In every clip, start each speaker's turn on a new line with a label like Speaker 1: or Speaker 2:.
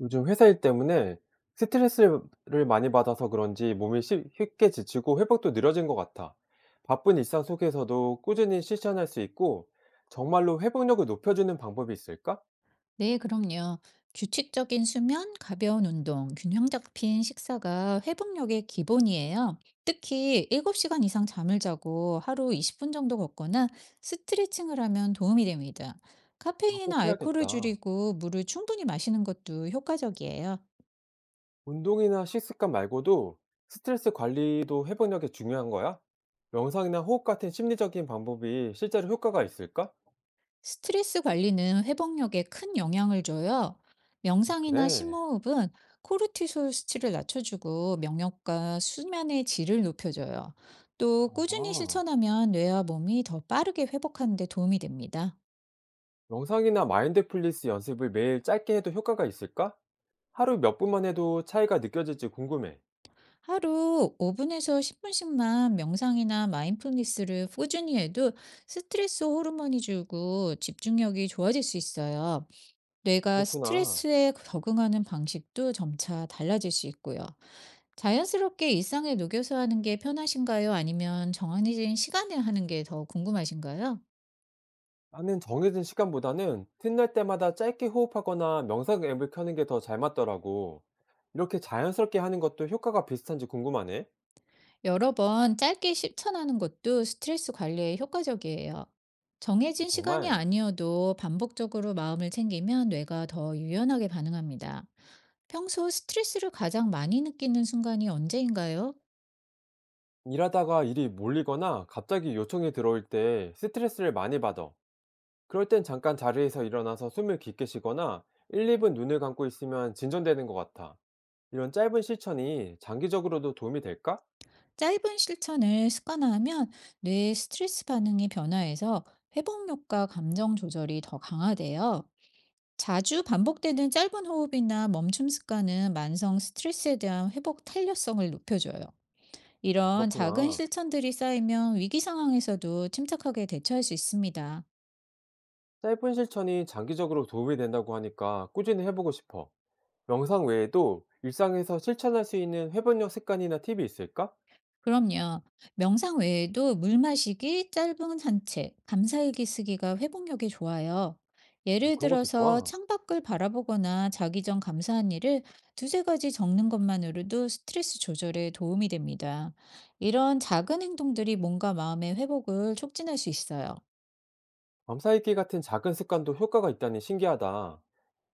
Speaker 1: 요즘 회사 일 때문에 스트레스를 많이 받아서 그런지 몸이 쉽게 지치고 회복도 느려진 것 같아. 바쁜 일상 속에서도 꾸준히 실천할 수 있고 정말로 회복력을 높여주는 방법이 있을까?
Speaker 2: 네, 그럼요. 규칙적인 수면, 가벼운 운동, 균형 잡힌 식사가 회복력의 기본이에요. 특히 7시간 이상 잠을 자고 하루 20분 정도 걷거나 스트레칭을 하면 도움이 됩니다.
Speaker 1: 아,
Speaker 2: 카페인이나
Speaker 1: 꼭
Speaker 2: 알코올을
Speaker 1: 해야겠다.
Speaker 2: 줄이고 물을 충분히 마시는 것도 효과적이에요.
Speaker 1: 운동이나 식습관 말고도 스트레스 관리도 회복력에 중요한 거야? 명상이나 호흡 같은 심리적인 방법이 실제로 효과가 있을까?
Speaker 2: 스트레스 관리는 회복력에 큰 영향을 줘요.
Speaker 1: 아,
Speaker 2: 명상이나
Speaker 1: 그래.
Speaker 2: 심호흡은 코르티솔 수치를 낮춰주고 명력과 수면의 질을 높여줘요. 또 꾸준히
Speaker 1: 아.
Speaker 2: 실천하면 뇌와 몸이 더 빠르게 회복하는 데 도움이 됩니다.
Speaker 1: 명상이나 마인드풀리스 연습을 매일 짧게 해도 효과가 있을까? 하루 몇 분만 해도 차이가 느껴질지 궁금해.
Speaker 2: 하루 5분에서 10분씩만 명상이나 마인드풀니스를 꾸준히 해도 스트레스 호르몬이 줄고 집중력이 좋아질 수 있어요. 뇌가
Speaker 1: 그렇구나.
Speaker 2: 스트레스에 적응하는 방식도 점차 달라질 수 있고요. 자연스럽게 일상에 녹여서 하는 게 편하신가요? 아니면 정해진 시간에 하는 게 더 궁금하신가요?
Speaker 1: 나는 정해진 시간보다는 틈날 때마다 짧게 호흡하거나 명상 앱을 켜는 게 더 잘 맞더라고. 이렇게 자연스럽게 하는 것도 효과가 비슷한지 궁금하네.
Speaker 2: 여러 번 짧게 실천하는 것도 스트레스 관리에 효과적이에요.
Speaker 1: 아,
Speaker 2: 정해진 시간이
Speaker 1: 정말.
Speaker 2: 아니어도 반복적으로 마음을 챙기면 뇌가 더 유연하게 반응합니다. 평소 스트레스를 가장 많이 느끼는 순간이 언제인가요?
Speaker 1: 일하다가 일이 몰리거나 갑자기 요청이 들어올 때 스트레스를 많이 받아. 그럴 땐 잠깐 자리에서 일어나서 숨을 깊게 쉬거나 1, 2분 눈을 감고 있으면 진전되는 것 같아. 이런 짧은 실천이 장기적으로도 도움이 될까?
Speaker 2: 짧은 실천을 습관화하면 뇌의 스트레스 반응이 변화해서 회복력과 감정 조절이 더 강화돼요. 자주 반복되는 짧은 호흡이나 멈춤 습관은 만성 스트레스에 대한 회복 탄력성을 높여줘요.
Speaker 1: 아,
Speaker 2: 이런 작은
Speaker 1: 그렇구나.
Speaker 2: 실천들이 쌓이면 위기 상황에서도 침착하게 대처할 수 있습니다.
Speaker 1: 짧은 실천이 장기적으로 도움이 된다고 하니까 꾸준히 해보고 싶어. 명상 외에도 일상에서 실천할 수 있는 회복력 습관이나 팁이 있을까?
Speaker 2: 그럼요. 명상 외에도 물 마시기, 짧은 산책, 감사일기 쓰기가 회복력에 좋아요.
Speaker 1: 아,
Speaker 2: 예를
Speaker 1: 그런 것도
Speaker 2: 들어서
Speaker 1: 좋아.
Speaker 2: 창밖을 바라보거나 자기 전 감사한 일을 두세 가지 적는 것만으로도 스트레스 조절에 도움이 됩니다. 이런 작은 행동들이 몸과 마음의 회복을 촉진할 수 있어요.
Speaker 1: 밤사이기 같은 작은 습관도 효과가 있다니 신기하다.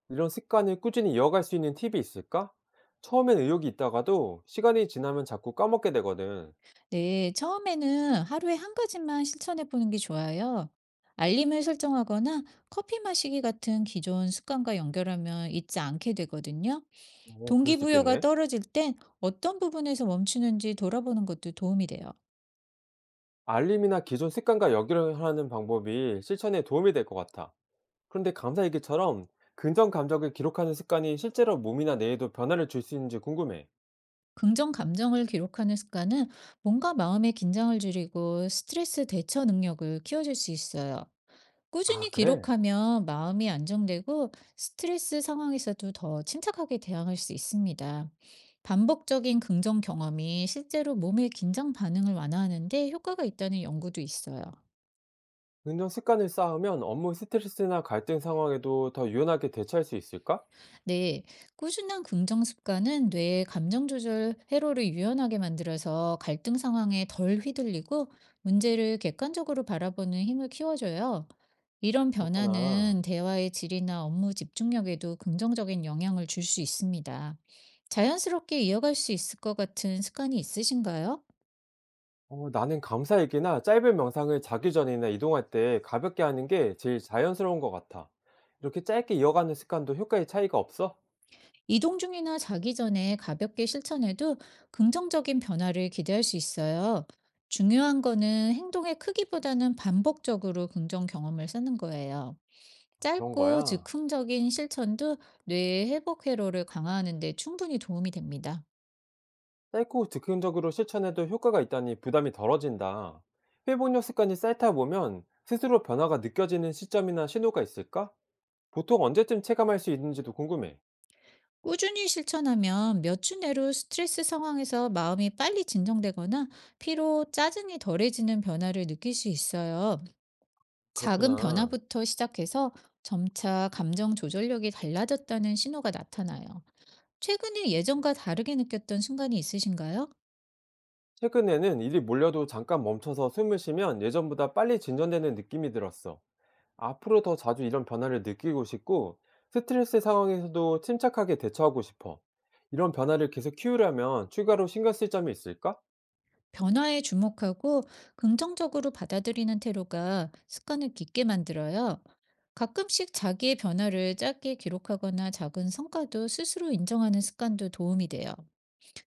Speaker 1: 이런 습관을 꾸준히 이어갈 수 있는 팁이 있을까? 처음엔 의욕이 있다가도 시간이 지나면 자꾸 까먹게 되거든.
Speaker 2: 네, 처음에는 하루에 한 가지만 실천해 보는 게 좋아요. 알림을 설정하거나 커피 마시기 같은 기존 습관과 연결하면 잊지 않게 되거든요.
Speaker 1: 오 그럴 수
Speaker 2: 동기부여가
Speaker 1: 있겠네.
Speaker 2: 떨어질 땐 어떤 부분에서 멈추는지 돌아보는 것도 도움이 돼요.
Speaker 1: 알림이나 기존 습관과 연결하는 방법이 실천에 도움이 될 것 같아. 그런데 감사 일기처럼 긍정 감정을 기록하는 습관이 실제로 몸이나 뇌에도 변화를 줄 수 있는지 궁금해.
Speaker 2: 긍정 감정을 기록하는 습관은 뭔가 마음의 긴장을 줄이고 스트레스 대처 능력을 키워줄 수 있어요.
Speaker 1: 아,
Speaker 2: 꾸준히
Speaker 1: 그래.
Speaker 2: 기록하면 마음이 안정되고 스트레스 상황에서도 더 침착하게 대항할 수 있습니다. 반복적인 긍정 경험이 실제로 몸의 긴장 반응을 완화하는 데 효과가 있다는 연구도 있어요.
Speaker 1: 긍정 습관을 쌓으면 업무 스트레스나 갈등 상황에도 더 유연하게 대처할 수 있을까?
Speaker 2: 네, 꾸준한 긍정 습관은 뇌의 감정 조절 회로를 유연하게 만들어서 갈등 상황에 덜 휘둘리고 문제를 객관적으로 바라보는 힘을 키워줘요. 이런
Speaker 1: 그렇구나.
Speaker 2: 변화는 대화의 질이나 업무 집중력에도 긍정적인 영향을 줄 수 있습니다. 자연스럽게 이어갈 수 있을 것 같은 습관이 있으신가요?
Speaker 1: 어, 나는 감사 일기나 짧은 명상을 자기 전이나 이동할 때 가볍게 하는 게 제일 자연스러운 것 같아. 이렇게 짧게 이어가는 습관도 효과의 차이가 없어?
Speaker 2: 이동 중이나 자기 전에 가볍게 실천해도 긍정적인 변화를 기대할 수 있어요. 중요한 거는 행동의 크기보다는 반복적으로 긍정 경험을 쓰는 거예요.
Speaker 1: 그런
Speaker 2: 짧고
Speaker 1: 거야.
Speaker 2: 즉흥적인 실천도 뇌의 회복 회로를 강화하는 데 충분히 도움이 됩니다.
Speaker 1: 짧고 즉흥적으로 실천해도 효과가 있다니 부담이 덜어진다. 회복력 습관이 쌓다 보면 스스로 변화가 느껴지는 시점이나 신호가 있을까? 보통 언제쯤 체감할 수 있는지도 궁금해.
Speaker 2: 꾸준히 실천하면 몇 주 내로 스트레스 상황에서 마음이 빨리 진정되거나 피로, 짜증이 덜해지는 변화를 느낄 수 있어요. 작은
Speaker 1: 그렇구나.
Speaker 2: 변화부터 시작해서 점차 감정 조절력이 달라졌다는 신호가 나타나요. 최근에 예전과 다르게 느꼈던 순간이 있으신가요?
Speaker 1: 최근에는 일이 몰려도 잠깐 멈춰서 숨을 쉬면 예전보다 빨리 진전되는 느낌이 들었어. 앞으로 더 자주 이런 변화를 느끼고 싶고 스트레스 상황에서도 침착하게 대처하고 싶어. 이런 변화를 계속 키우려면 추가로 신경 쓸 점이 있을까?
Speaker 2: 변화에 주목하고 긍정적으로 받아들이는 태도가 습관을 깊게 만들어요. 가끔씩 자기의 변화를 짧게 기록하거나 작은 성과도 스스로 인정하는 습관도 도움이 돼요.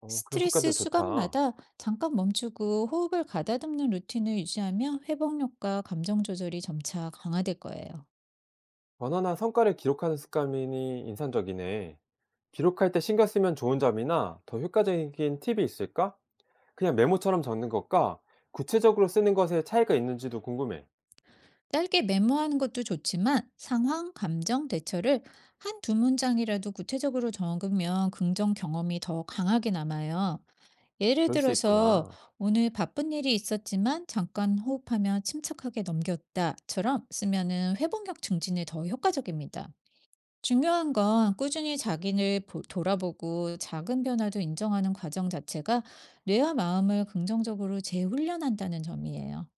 Speaker 1: 어, 그런 습관도
Speaker 2: 스트레스
Speaker 1: 좋다.
Speaker 2: 수감마다 잠깐 멈추고 호흡을 가다듬는 루틴을 유지하면 회복 효과, 감정 조절이 점차 강화될 거예요.
Speaker 1: 변화나 성과를 기록하는 습관이 인상적이네. 기록할 때 신경 쓰면 좋은 점이나 더 효과적인 팁이 있을까? 그냥 메모처럼 적는 것과 구체적으로 쓰는 것에 차이가 있는지도 궁금해.
Speaker 2: 짧게 메모하는 것도 좋지만 상황, 감정, 대처를 한 두 문장이라도 구체적으로 적으면 긍정 경험이 더 강하게 남아요. 예를
Speaker 1: 그럴 수
Speaker 2: 들어서
Speaker 1: 있구나.
Speaker 2: 오늘 바쁜 일이 있었지만 잠깐 호흡하며 침착하게 넘겼다처럼 쓰면은 회복력 증진에 더 효과적입니다. 중요한 건 꾸준히 돌아보고 작은 변화도 인정하는 과정 자체가 뇌와 마음을 긍정적으로 재훈련한다는 점이에요.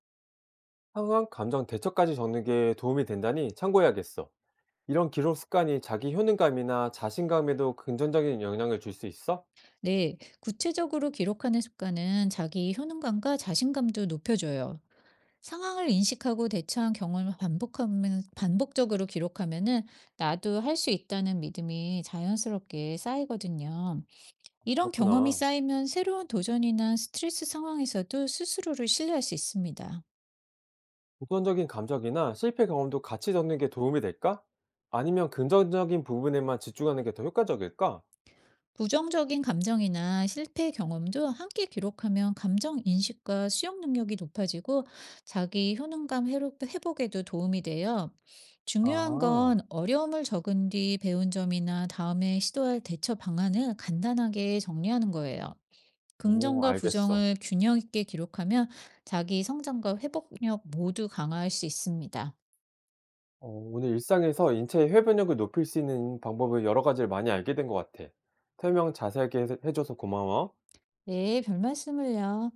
Speaker 1: 상황, 감정, 대처까지 적는 게 도움이 된다니 참고해야겠어. 이런 기록 습관이 자기 효능감이나 자신감에도 긍정적인 영향을 줄 수 있어?
Speaker 2: 네, 구체적으로 기록하는 습관은 자기 효능감과 자신감도 높여줘요. 상황을 인식하고 대처한 경험을 반복하면, 반복적으로 기록하면은 나도 할 수 있다는 믿음이 자연스럽게 쌓이거든요. 이런 경험이
Speaker 1: 그렇구나.
Speaker 2: 쌓이면 새로운 도전이나 스트레스 상황에서도 스스로를 신뢰할 수 있습니다.
Speaker 1: 부정적인 감정이나 실패 경험도 같이 적는 게 도움이 될까? 아니면 긍정적인 부분에만 집중하는 게 더 효과적일까?
Speaker 2: 부정적인 감정이나 실패 경험도 함께 기록하면 감정 인식과 수용 능력이 높아지고 회복에도 도움이 돼요. 중요한
Speaker 1: 아.
Speaker 2: 건 어려움을 적은 뒤 배운 점이나 다음에 시도할 대처 방안을 간단하게 정리하는 거예요.
Speaker 1: 오
Speaker 2: 긍정과
Speaker 1: 알겠어.
Speaker 2: 부정을 균형 있게 기록하면 자기 성장과 회복력 모두 강화할 수 있습니다.
Speaker 1: 어 오늘 일상에서 인체의 회변력을 높일 수 있는 방법을 여러 가지를 많이 알게 된 것 같아. 설명 자세하게 해 줘서 고마워.
Speaker 2: 네, 별 말씀을요.